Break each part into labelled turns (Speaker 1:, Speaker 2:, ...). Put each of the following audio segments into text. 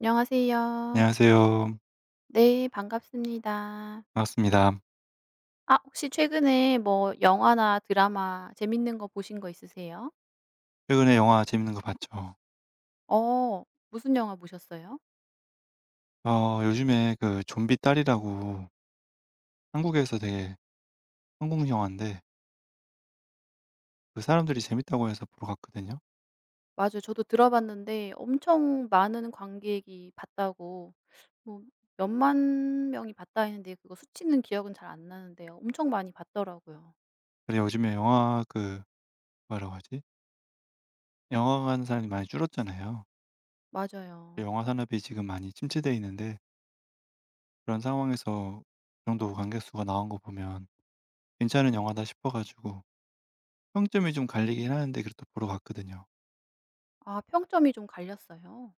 Speaker 1: 안녕하세요.
Speaker 2: 안녕하세요.
Speaker 1: 네 반갑습니다.
Speaker 2: 반갑습니다.
Speaker 1: 아 혹시 최근에 뭐 영화나 드라마 재밌는 거 보신 거 있으세요?
Speaker 2: 최근에 영화 재밌는 거 봤죠?
Speaker 1: 어 무슨 영화 보셨어요?
Speaker 2: 요즘에 그 좀비 딸이라고 한국에서 되게 한국 영화인데 그 사람들이 재밌다고 해서 보러 갔거든요.
Speaker 1: 맞아요. 저도 들어봤는데 엄청 많은 관객이 봤다고 뭐 몇만 명이 봤다 했는데 그거 수치는 기억은 잘 안 나는데요. 엄청 많이 봤더라고요.
Speaker 2: 근데 요즘에 영화 그 뭐라고 하지? 영화 가는 사람이 많이 줄었잖아요.
Speaker 1: 맞아요.
Speaker 2: 영화 산업이 지금 많이 침체돼 있는데 그런 상황에서 그 정도 관객수가 나온 거 보면 괜찮은 영화다 싶어 가지고 평점이 좀 갈리긴 하는데 그래도 보러 갔거든요.
Speaker 1: 아 평점이 좀 갈렸어요?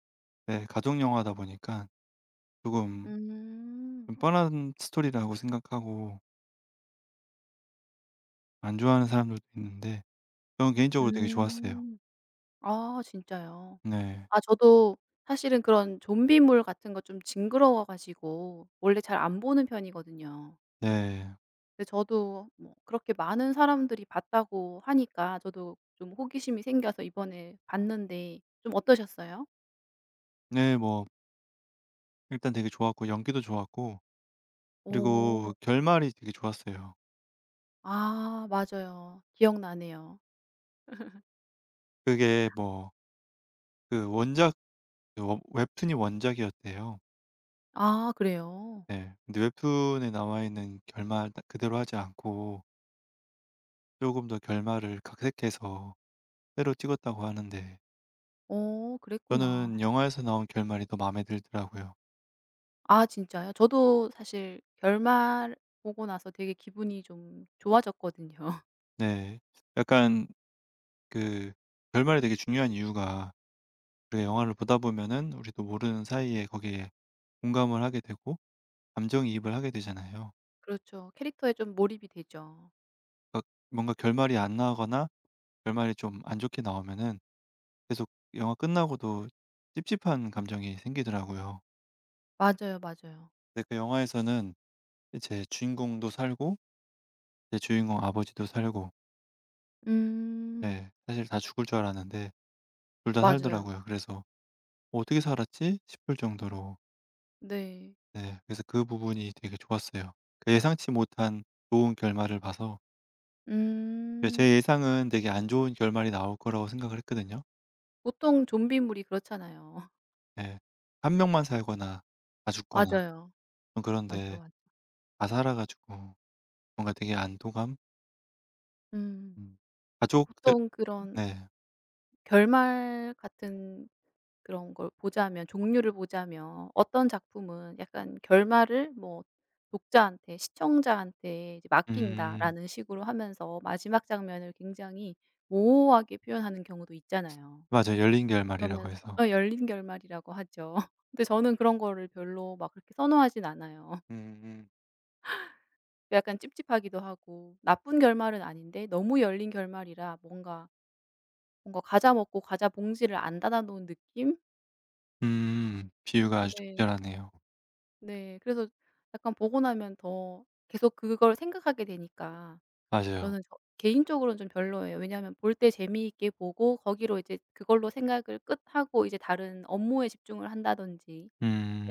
Speaker 2: 네, 가족 영화다 보니까 조금
Speaker 1: 음.
Speaker 2: 좀 뻔한 스토리라고 생각하고 안 좋아하는 사람들도 있는데 저는 개인적으로 되게 좋았어요.
Speaker 1: 음. 아 진짜요?
Speaker 2: 네.
Speaker 1: 아 저도 사실은 그런 좀비물 같은 거 좀 징그러워 가지고 원래 잘 안 보는 편이거든요.
Speaker 2: 네.
Speaker 1: 근데 저도 뭐 그렇게 많은 사람들이 봤다고 하니까 저도 좀 호기심이 생겨서 이번에 봤는데 좀 어떠셨어요?
Speaker 2: 네, 뭐 일단 되게 좋았고 연기도 좋았고 그리고
Speaker 1: 오.
Speaker 2: 결말이 되게 좋았어요.
Speaker 1: 아 맞아요. 기억나네요.
Speaker 2: 그게 뭐 그 원작 그 웹 웹툰이 원작이었대요.
Speaker 1: 아 그래요?
Speaker 2: 네. 근데 웹툰에 나와 있는 결말 딱 그대로 하지 않고 조금 더 결말을 각색해서 새로 찍었다고 하는데
Speaker 1: 어 그랬구나.
Speaker 2: 저는 영화에서 나온 결말이 더 마음에 들더라고요.
Speaker 1: 아 진짜요? 저도 사실 결말 보고 나서 되게 기분이 좀 좋아졌거든요.
Speaker 2: 네. 약간 그 결말이 되게 중요한 이유가 그 영화를 보다 보면은 우리도 모르는 사이에 거기에 공감을 하게 되고 감정이입을 하게 되잖아요.
Speaker 1: 그렇죠. 캐릭터에 좀 몰입이 되죠.
Speaker 2: 그러니까 뭔가 결말이 안 나거나 결말이 좀 안 좋게 나오면은 계속 영화 끝나고도 찝찝한 감정이 생기더라고요.
Speaker 1: 맞아요, 맞아요.
Speaker 2: 근데 그 영화에서는 제 주인공도 살고 제 주인공 아버지도 살고
Speaker 1: 음.
Speaker 2: 예, 사실 다 죽을 줄 알았는데 둘 다
Speaker 1: 맞아요.
Speaker 2: 살더라고요. 그래서 '어떻게 살았지?' 싶을 정도로
Speaker 1: 네.
Speaker 2: 네, 그래서 그 부분이 되게 좋았어요. 그 예상치 못한 좋은 결말을 봐서 예,
Speaker 1: 음.
Speaker 2: 제 예상은 되게 안 좋은 결말이 나올 거라고 생각을 했거든요.
Speaker 1: 보통 좀비물이 그렇잖아요.
Speaker 2: 예. 한 명만 살거나 다 죽거나
Speaker 1: 맞아요.
Speaker 2: 좀
Speaker 1: 맞아,
Speaker 2: 그런데
Speaker 1: 맞아.
Speaker 2: 다 살아 가지고 뭔가 되게 안도감?
Speaker 1: 음.
Speaker 2: 음. 가족들
Speaker 1: 보통 그런
Speaker 2: 네.
Speaker 1: 결말 같은 그런 걸 보자면 종류를 보자면 어떤 작품은 약간 결말을 뭐 독자한테 시청자한테 이제
Speaker 2: 음.
Speaker 1: "맡긴다."라는 식으로 하면서 마지막 장면을 굉장히 모호하게 표현하는 경우도 있잖아요.
Speaker 2: 맞아요. 열린 결말이라고
Speaker 1: 그러면서
Speaker 2: 해서.
Speaker 1: 열린 결말이라고 하죠. 근데 저는 그런 거를 별로 막 그렇게 선호하진 않아요.
Speaker 2: 음음.
Speaker 1: 약간 찝찝하기도 하고 나쁜 결말은 아닌데 너무 열린 결말이라 뭔가 과자 먹고 과자 봉지를 안 닫아 놓은 느낌?
Speaker 2: 음. 비유가 아주
Speaker 1: 네.
Speaker 2: 적절하네요.
Speaker 1: 네. 그래서 약간 보고 나면 더 계속 그걸 생각하게 되니까
Speaker 2: 맞아요.
Speaker 1: 저는 저 개인적으로는 좀 별로예요. 왜냐하면 볼 때 재미있게 보고 거기로 이제 그걸로 생각을 끝하고 이제 다른 업무에 집중을 한다든지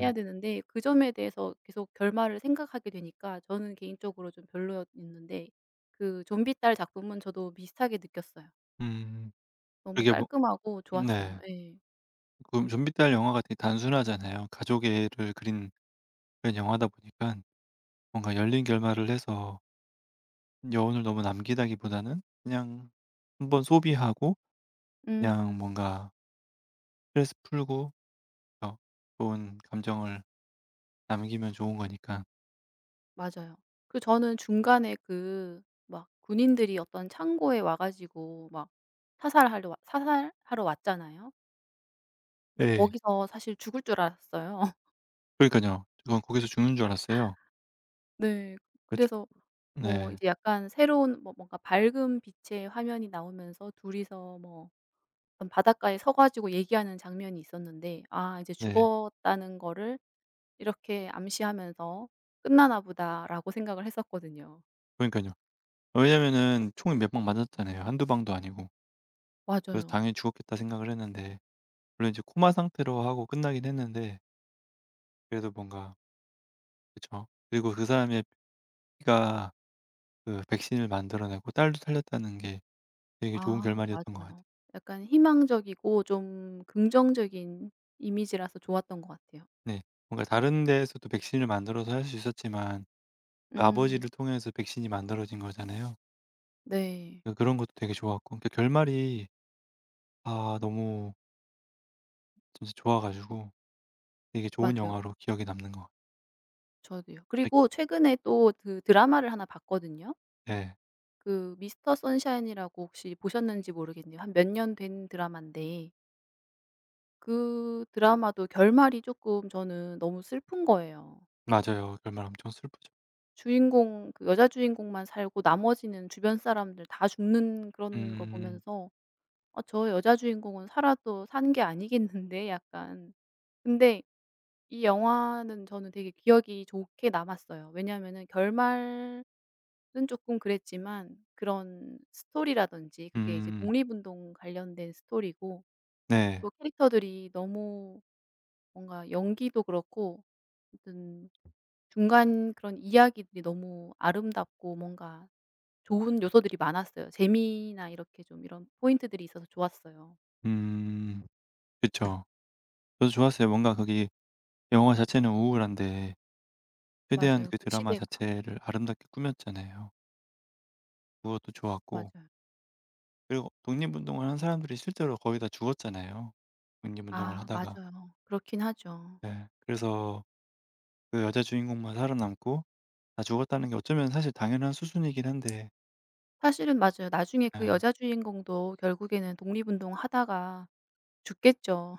Speaker 1: 해야 되는데 그 점에 대해서 계속 결말을 생각하게 되니까 저는 개인적으로 좀 별로였는데 그 좀비 딸 작품은 저도 비슷하게 느꼈어요.
Speaker 2: 음.
Speaker 1: 너무
Speaker 2: 그게 뭐
Speaker 1: 깔끔하고 좋았어요.
Speaker 2: 네.
Speaker 1: 예.
Speaker 2: 그 좀비 딸 영화가 되게 단순하잖아요. 가족애를 그린 그런 영화다 보니깐 뭔가 열린 결말을 해서 여운을 너무 남기다기보다는 그냥 한번 소비하고 그냥
Speaker 1: 음
Speaker 2: 뭔가 스트레스 풀고 어, 좋은 감정을 남기면 좋은 거니까.
Speaker 1: 맞아요. 그 저는 중간에 그 막 군인들이 어떤 창고에 와 가지고 막 사살하러 왔잖아요. 그래서
Speaker 2: 네,
Speaker 1: 거기서 사실 죽을 줄 알았어요.
Speaker 2: 그러니까요 그건 거기서 죽는 줄 알았어요.
Speaker 1: 네.
Speaker 2: 그 초
Speaker 1: 그래서 뭐
Speaker 2: 네.
Speaker 1: 이제 약간 새로운 뭐 뭔가 밝은 빛의 화면이 나오면서 둘이서 뭐 어떤 바닷가에 서 가지고 얘기하는 장면이 있었는데 '아 이제
Speaker 2: 네.
Speaker 1: 죽었다는 거를 이렇게 암시하면서 끝나나 보다.'라고 생각을 했었거든요.
Speaker 2: 그러니까요 왜냐면은 총이 몇 방 맞았잖아요. 한두 방도 아니고. 그래서
Speaker 1: 맞아요.
Speaker 2: 당연히 죽었겠다 생각을 했는데 물론 이제 코마 상태로 하고 끝나긴 했는데 그래도 뭔가 그쵸. 그리고 그 사람의 피가 그 백신을 만들어 내고 딸도 살렸다는 게 되게 좋은
Speaker 1: 아
Speaker 2: 결말이었던 것
Speaker 1: 맞아요.
Speaker 2: 같아요.
Speaker 1: 약간 희망적이고 좀 긍정적인 이미지라서 좋았던 것 같아요.
Speaker 2: 네. 뭔가 다른 데에서도 백신을 만들어서 할 수 있었지만 그
Speaker 1: 음.
Speaker 2: 아버지를 통해서 백신이 만들어진 거잖아요.
Speaker 1: 네.
Speaker 2: 그런 것도 되게 좋았고 그 결말이 아 너무 진짜 좋아 가지고 되게 좋은
Speaker 1: 맞아요.
Speaker 2: 영화로 기억에 남는 것 같
Speaker 1: 저도요.
Speaker 2: 아
Speaker 1: 그리고 최근에 또 그 드라마를 하나 봤거든요.
Speaker 2: 네.
Speaker 1: 그 미스터 선샤인이라고 혹시 보셨는지 모르겠네요. 한 몇 년 된 드라마인데 그 드라마도 결말이 조금 저는 너무 슬픈 거예요.
Speaker 2: 맞아요. 결말 엄청 슬프죠.
Speaker 1: 주인공 그 여자 주인공만 살고 나머지는 주변 사람들 다 죽는 그런 걸
Speaker 2: 음.
Speaker 1: 보면서 '아 저 여자 주인공은 살아도 산 게 아니겠는데?' 약간. 근데 이 영화는 저는 되게 기억이 좋게 남았어요. 왜냐하면은 결말은 쪼끔 그랬지만 그런 스토리라든지 그게 이제
Speaker 2: 음.
Speaker 1: 독립운동 관련된 스토리고
Speaker 2: 네.
Speaker 1: 또 캐릭터들이 너무 뭔가 연기도 그렇고 아무튼 중간 그런 이야기들이 너무 아름답고 뭔가 좋은 요소들이 많았어요. 재미나 이렇게 좀 이런 포인트들이 있어서 좋았어요.
Speaker 2: 음. 그쵸. 저도 좋았어요. 뭔가 거기 영화 자체는 우울한데 최대한
Speaker 1: 맞아요.
Speaker 2: 그
Speaker 1: 그
Speaker 2: 드라마
Speaker 1: 시대가.
Speaker 2: 자체를 아름답게 꾸몄잖아요. 그것도 좋았고
Speaker 1: 맞아요.
Speaker 2: 그리고 독립운동을 한 사람들이 실제로 거의 다 죽었잖아요, 독립운동을 네.
Speaker 1: 아
Speaker 2: 하다가.
Speaker 1: 맞아요. 그렇긴 하죠.
Speaker 2: 네. 그래서 그 여자 주인공만 살아남고 다 죽었다는 게 어쩌면 사실 당연한 수순이긴 한데
Speaker 1: 사실은 맞아요. 나중에 그
Speaker 2: 예.
Speaker 1: 여자 주인공도 결국에는 독립운동하다가 죽겠죠.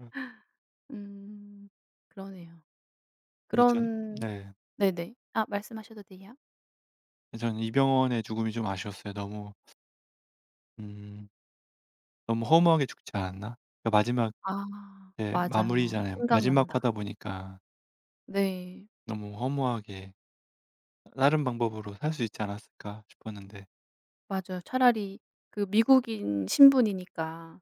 Speaker 2: 음.
Speaker 1: 음. 그러네요.
Speaker 2: 근데 전
Speaker 1: 그런
Speaker 2: 네.
Speaker 1: 네네. 아 말씀하셔도 돼요.
Speaker 2: 전 이병헌의 죽음이 좀 아쉬웠어요. 너무 음 너무 허무하게 죽지 않았나? 그 마지막
Speaker 1: 아
Speaker 2: 예
Speaker 1: 맞아요.
Speaker 2: 마무리잖아요. 마지막
Speaker 1: 생각난다.
Speaker 2: 하다 보니까
Speaker 1: 네.
Speaker 2: 너무 허무하게 '다른 방법으로 살 수 있지 않았을까?' 싶었는데
Speaker 1: 맞아요. 차라리 그 미국인 신분이니까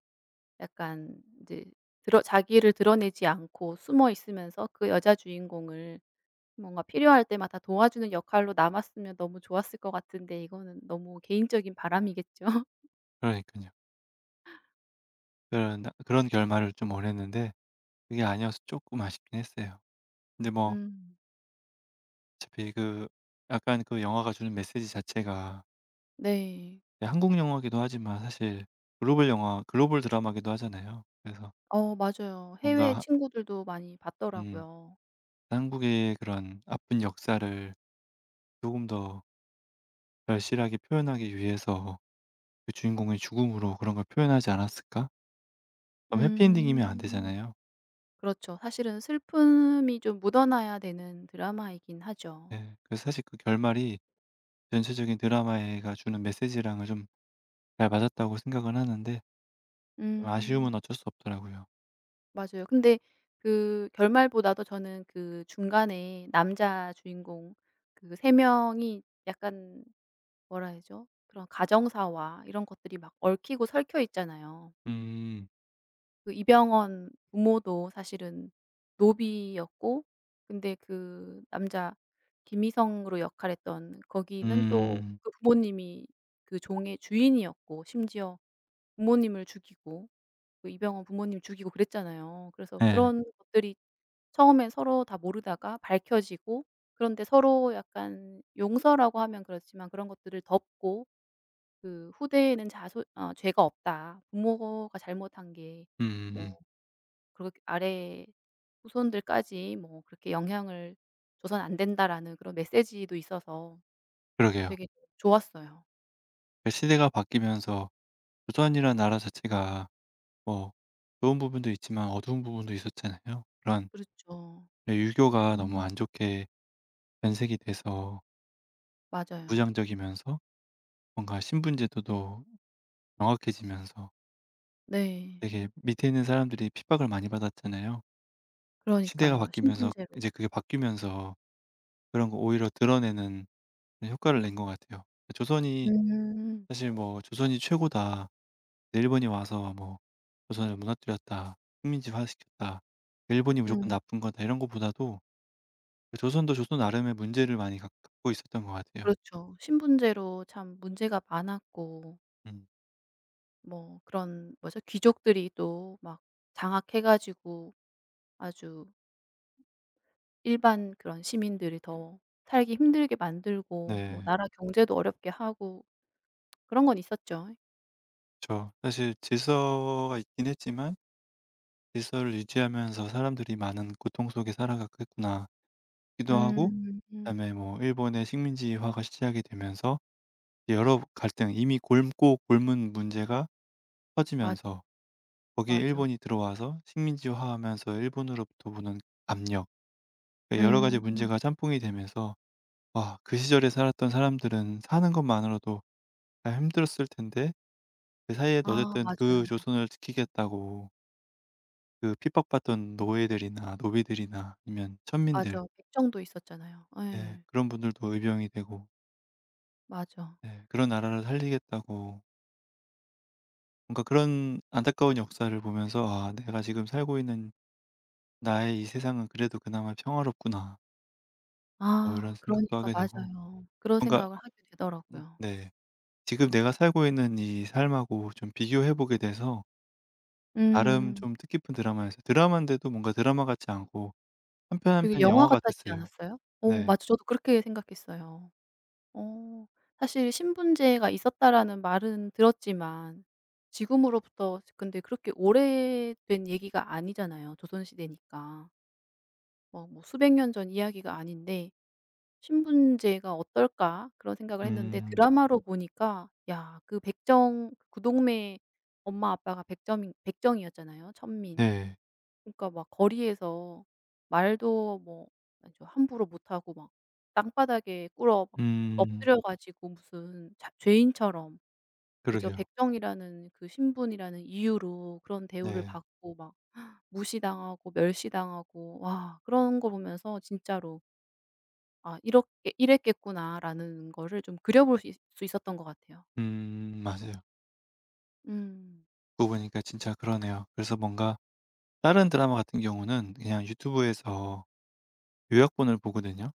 Speaker 1: 약간 이제 드러 자기를 드러내지 않고 숨어 있으면서 그 여자 주인공을 뭔가 필요할 때마다 도와주는 역할로 남았으면 너무 좋았을 것 같은데 이거는 너무 개인적인 바람이겠죠.
Speaker 2: 그러니까요 그런 결말을 좀 원했는데 그게 아니어서 조금 아쉽긴 했어요. 근데 뭐
Speaker 1: 음.
Speaker 2: 어차피 그 약간 그 영화가 주는 메시지 자체가
Speaker 1: 네.
Speaker 2: 예 한국 영화기도 하지만 사실 글로벌 영화 글로벌 드라마기도 하잖아요. 그래서
Speaker 1: 어 맞아요. 해외
Speaker 2: 뭔가
Speaker 1: 친구들도 많이
Speaker 2: 음
Speaker 1: 봤더라고요.
Speaker 2: 한국의 그런 아픈 역사를 조금 더 절실하게 표현하기 위해서 그 주인공의 죽음으로 그런 걸 표현하지 않았을까? 그럼 해피엔딩이면 안
Speaker 1: 음.
Speaker 2: 되잖아요.
Speaker 1: 그렇죠. 사실은 슬픔이 좀 묻어나야 되는 드라마이긴 하죠.
Speaker 2: 예. 그래서 사실 그 결말이 전체적인 드라마가 주는 메시지랑은 좀 잘 맞았다고 생각은 하는데 좀
Speaker 1: 음.
Speaker 2: 아쉬움은 어쩔 수 없더라고요.
Speaker 1: 맞아요. 근데 그 결말보다도 저는 그 중간에 남자 주인공 그 세 명이 약간 뭐라 해야죠? 그런 가정사와 이런 것들이 막 얽히고 설켜 있잖아요.
Speaker 2: 음.
Speaker 1: 그 이병헌 부모도 사실은 노비였고 근데 그 남자 김희성으로 역할했던 거기는 또
Speaker 2: 음.
Speaker 1: 그 부모님이 그 종의 주인이었고 심지어 부모님을 죽이고 그 이병헌 부모님 죽이고 그랬잖아요. 그래서
Speaker 2: 예.
Speaker 1: 그런 것들이 처음에 서로 다 모르다가 밝혀지고 그런데 서로 약간 용서라고 하면 그렇지만 그런 것들을 덮고 그 후대에는 자소 어 죄가 없다. 부모가 잘못한 게 뭐
Speaker 2: 음
Speaker 1: 그렇게 아래 후손들까지 뭐 그렇게 영향을 줘선 안 된다라는 그런 메시지도 있어서
Speaker 2: 그러게요.
Speaker 1: 되게 좋았어요.
Speaker 2: 그 시대가 바뀌면서 조선이는 나라 자체가 뭐 좋은 부분도 있지만 어두운 부분도 있었잖아요. 그런
Speaker 1: 그렇죠.
Speaker 2: 예 유교가 너무
Speaker 1: 음
Speaker 2: 안 좋게 변색이 돼서
Speaker 1: 맞아요.
Speaker 2: 무장적이면서 뭔가 신분 제도도 명확해지면서
Speaker 1: 네.
Speaker 2: 되게 밑에 있는 사람들이 핍박을 많이 받았잖아요. 시대가
Speaker 1: 그러니까요.
Speaker 2: 바뀌면서
Speaker 1: 신분제로.
Speaker 2: 이제 그게 바뀌면서 그런 거 오히려 드러내는 효과를 낸 것 같아요. 조선이
Speaker 1: 음.
Speaker 2: 사실 뭐 '조선이 최고다.' 일본이 와서 뭐 "조선을 무너뜨렸다. 식민지화시켰다. 일본이 무조건
Speaker 1: 음.
Speaker 2: 나쁜 거다." 이런 것보다도 그 조선도 조선 나름의 문제를 많이 갖 갖고 있었던 것 같아요.
Speaker 1: 그렇죠. 신분제로 참 문제가 많았고
Speaker 2: 음.
Speaker 1: 뭐 그런 뭐죠? 귀족들이 또 막 장악해 가지고 아주 일반 그런 시민들이 더 살기 힘들게 만들고 뭐
Speaker 2: 네.
Speaker 1: 나라 경제도 어렵게 하고 그런 건 있었죠.
Speaker 2: 그 사실 질서가 있긴 했지만 '질서를 유지하면서 사람들이 많은 고통 속에 살아갔겠구나.' 기도 하고
Speaker 1: 음.
Speaker 2: 그다음에 뭐 일본의 식민지화가 시작이 되면서 여러 갈등 이미 곪고 곪은 문제가
Speaker 1: 맞아,
Speaker 2: 터지면서 거기에
Speaker 1: 맞아.
Speaker 2: 일본이 들어와서 식민지화하면서 일본으로부터 보는 압력 그 여러 가지
Speaker 1: 음.
Speaker 2: 문제가 짬뽕이 되면서 와 그 시절에 살았던 사람들은 사는 것만으로도 다 힘들었을 텐데 그 사이에도
Speaker 1: 아
Speaker 2: 어쨌든 그
Speaker 1: 맞아요.
Speaker 2: 조선을 지키겠다고 그 핍박받던 노예들이나 노비들이나 아니면 천민들
Speaker 1: 맞아. 백정도 있었잖아요.
Speaker 2: 네,
Speaker 1: 예.
Speaker 2: 그런 분들도 의병이 되고
Speaker 1: 맞아.
Speaker 2: 네, 그런 나라를 살리겠다고 뭔가 그런 안타까운 역사를 보면서 '아 내가 지금 살고 있는 나의 이 세상은 그래도 그나마 평화롭구나.' 뭐 이런
Speaker 1: 아
Speaker 2: 생각도
Speaker 1: 그러니까
Speaker 2: 하게 되고
Speaker 1: 맞아요. 그런
Speaker 2: 뭔가
Speaker 1: 생각을 하게 되더라고요.
Speaker 2: 네. 지금 내가 살고 있는 이 삶하고 좀 비교해 보게 돼서 나름
Speaker 1: 음.
Speaker 2: 좀 뜻깊은 드라마였어요. 드라마인데도 뭔가 드라마 같지 않고 한 편 한
Speaker 1: 되게
Speaker 2: 편이
Speaker 1: 영화
Speaker 2: 영화
Speaker 1: 같았지
Speaker 2: 같았어요.
Speaker 1: 않았어요? 어
Speaker 2: 네.
Speaker 1: 맞아. 저도 그렇게 생각했어요. 어 사실 신분제가 있었다라는 말은 들었지만 지금으로부터 근데 그렇게 오래된 얘기가 아니잖아요, 조선시대니까. 뭐 수백 년 전 이야기가 아닌데 '신분제가 어떨까?' 그런 생각을 했는데
Speaker 2: 음.
Speaker 1: 드라마로 보니까 야 그 백정 그 구동매 엄마 아빠가 백점인 백정이었잖아요, 천민.
Speaker 2: 네.
Speaker 1: 그러니까 막 거리에서 말도 뭐 아주 함부로 못하고 막 땅바닥에 꿇어 막
Speaker 2: 음.
Speaker 1: 엎드려 가지고 무슨 자 죄인처럼 그저
Speaker 2: 그러게요.
Speaker 1: 백정이라는 그 신분이라는 이유로 그런 대우를
Speaker 2: 네.
Speaker 1: 받고 막 무시당하고 멸시당하고 와 그런 거 보면서 진짜로 '아 이렇게 이랬겠구나.'라는 거를 좀 그려볼 수 있었던 것 같아요.
Speaker 2: 맞아요.
Speaker 1: 음.
Speaker 2: 듣고 보니까 진짜 그러네요. 그래서 뭔가 다른 드라마 같은 경우는 그냥 유튜브에서 요약본을 보거든요.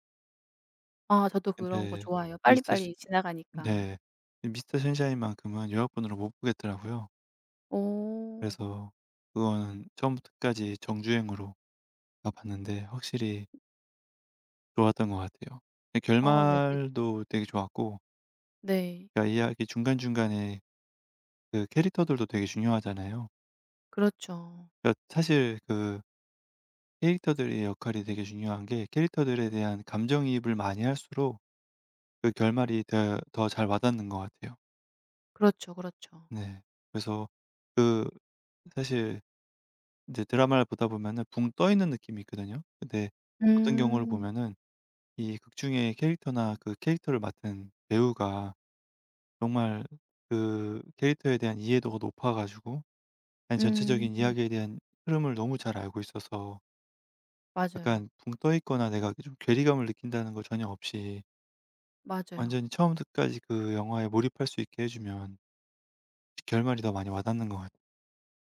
Speaker 1: 아 저도 그런 거
Speaker 2: 근데
Speaker 1: 좋아해요,
Speaker 2: 미스터 신
Speaker 1: 빨리빨리 지나가니까.
Speaker 2: 네. 미스터 신샤인만큼은 요약본으로 못 보겠더라고요.
Speaker 1: 오.
Speaker 2: 그래서 그거는 처음부터 끝까지 정주행으로 가봤는데 확실히 좋았던 것 같아요. 근데
Speaker 1: 아 네.
Speaker 2: 결말도 되게 좋았고
Speaker 1: 네.
Speaker 2: 그러니까 이야기 중간중간에 그 캐릭터들도 되게 중요하잖아요.
Speaker 1: 그렇죠.
Speaker 2: 그러니까 사실 그 캐릭터들의 역할이 되게 중요한 게 캐릭터들에 대한 감정이입을 많이 할수록 그 결말이 더 잘 와닿는 것 같아요.
Speaker 1: 그렇죠, 그렇죠.
Speaker 2: 네. 그래서 그 사실 이제 드라마를 보다 보면은 붕 떠 있는 느낌이 있거든요. 근데 어떤 경우를
Speaker 1: 음.
Speaker 2: 보면은 이 극중의 캐릭터나 그 캐릭터를 맡은 배우가 정말 그 캐릭터에 대한 이해도가 높아 가지고 아니
Speaker 1: 음.
Speaker 2: 전체적인 이야기에 대한 흐름을 너무 잘 알고 있어서
Speaker 1: 맞아요.
Speaker 2: 약간 붕 떠 있거나 내가 좀 괴리감을 느낀다는 거 전혀 없이
Speaker 1: 맞아요.
Speaker 2: 완전히 처음부터 까지 그 영화에 몰입할 수 있게 해 주면 결말이 더 많이 와닿는 것 같아요.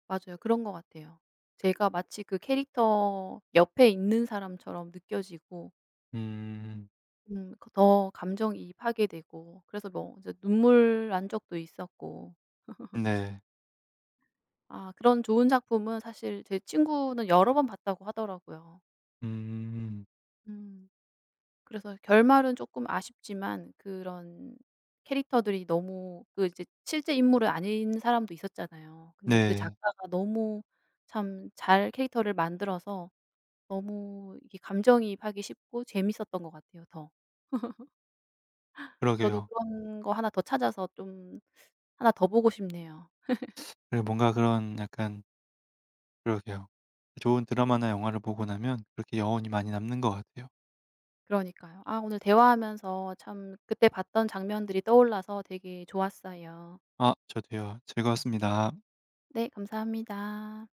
Speaker 1: 맞아요. 그런 것 같아요. 제가 마치 그 캐릭터 옆에 있는 사람처럼 느껴지고
Speaker 2: 음.
Speaker 1: 그 더 감정이입하게 되고 그래서 뭐 이제 눈물 난 적도 있었고
Speaker 2: 네.
Speaker 1: 아 그런 좋은 작품은 사실 제 친구는 여러 번 봤다고 하더라고요.
Speaker 2: 음.
Speaker 1: 음. 그래서 결말은 조금 아쉽지만 그런 캐릭터들이 너무 그 이제 실제 인물은 아닌 사람도 있었잖아요. 근데 그
Speaker 2: 네.
Speaker 1: 작가가 너무 참 잘 캐릭터를 만들어서 너무 이게 감정이입하기 쉽고 재밌었던 것 같아요 더. 저도
Speaker 2: 그러게요.
Speaker 1: 그런 거 하나 더 찾아서 좀 하나 더 보고 싶네요.
Speaker 2: 그리고 뭔가 그런 약간 그러게요. 좋은 드라마나 영화를 보고 나면 그렇게 여운이 많이 남는 것 같아요.
Speaker 1: 그러니까요. 아 오늘 대화하면서 참 그때 봤던 장면들이 떠올라서 되게 좋았어요.
Speaker 2: 아 저도요. 즐거웠습니다.
Speaker 1: 네 감사합니다.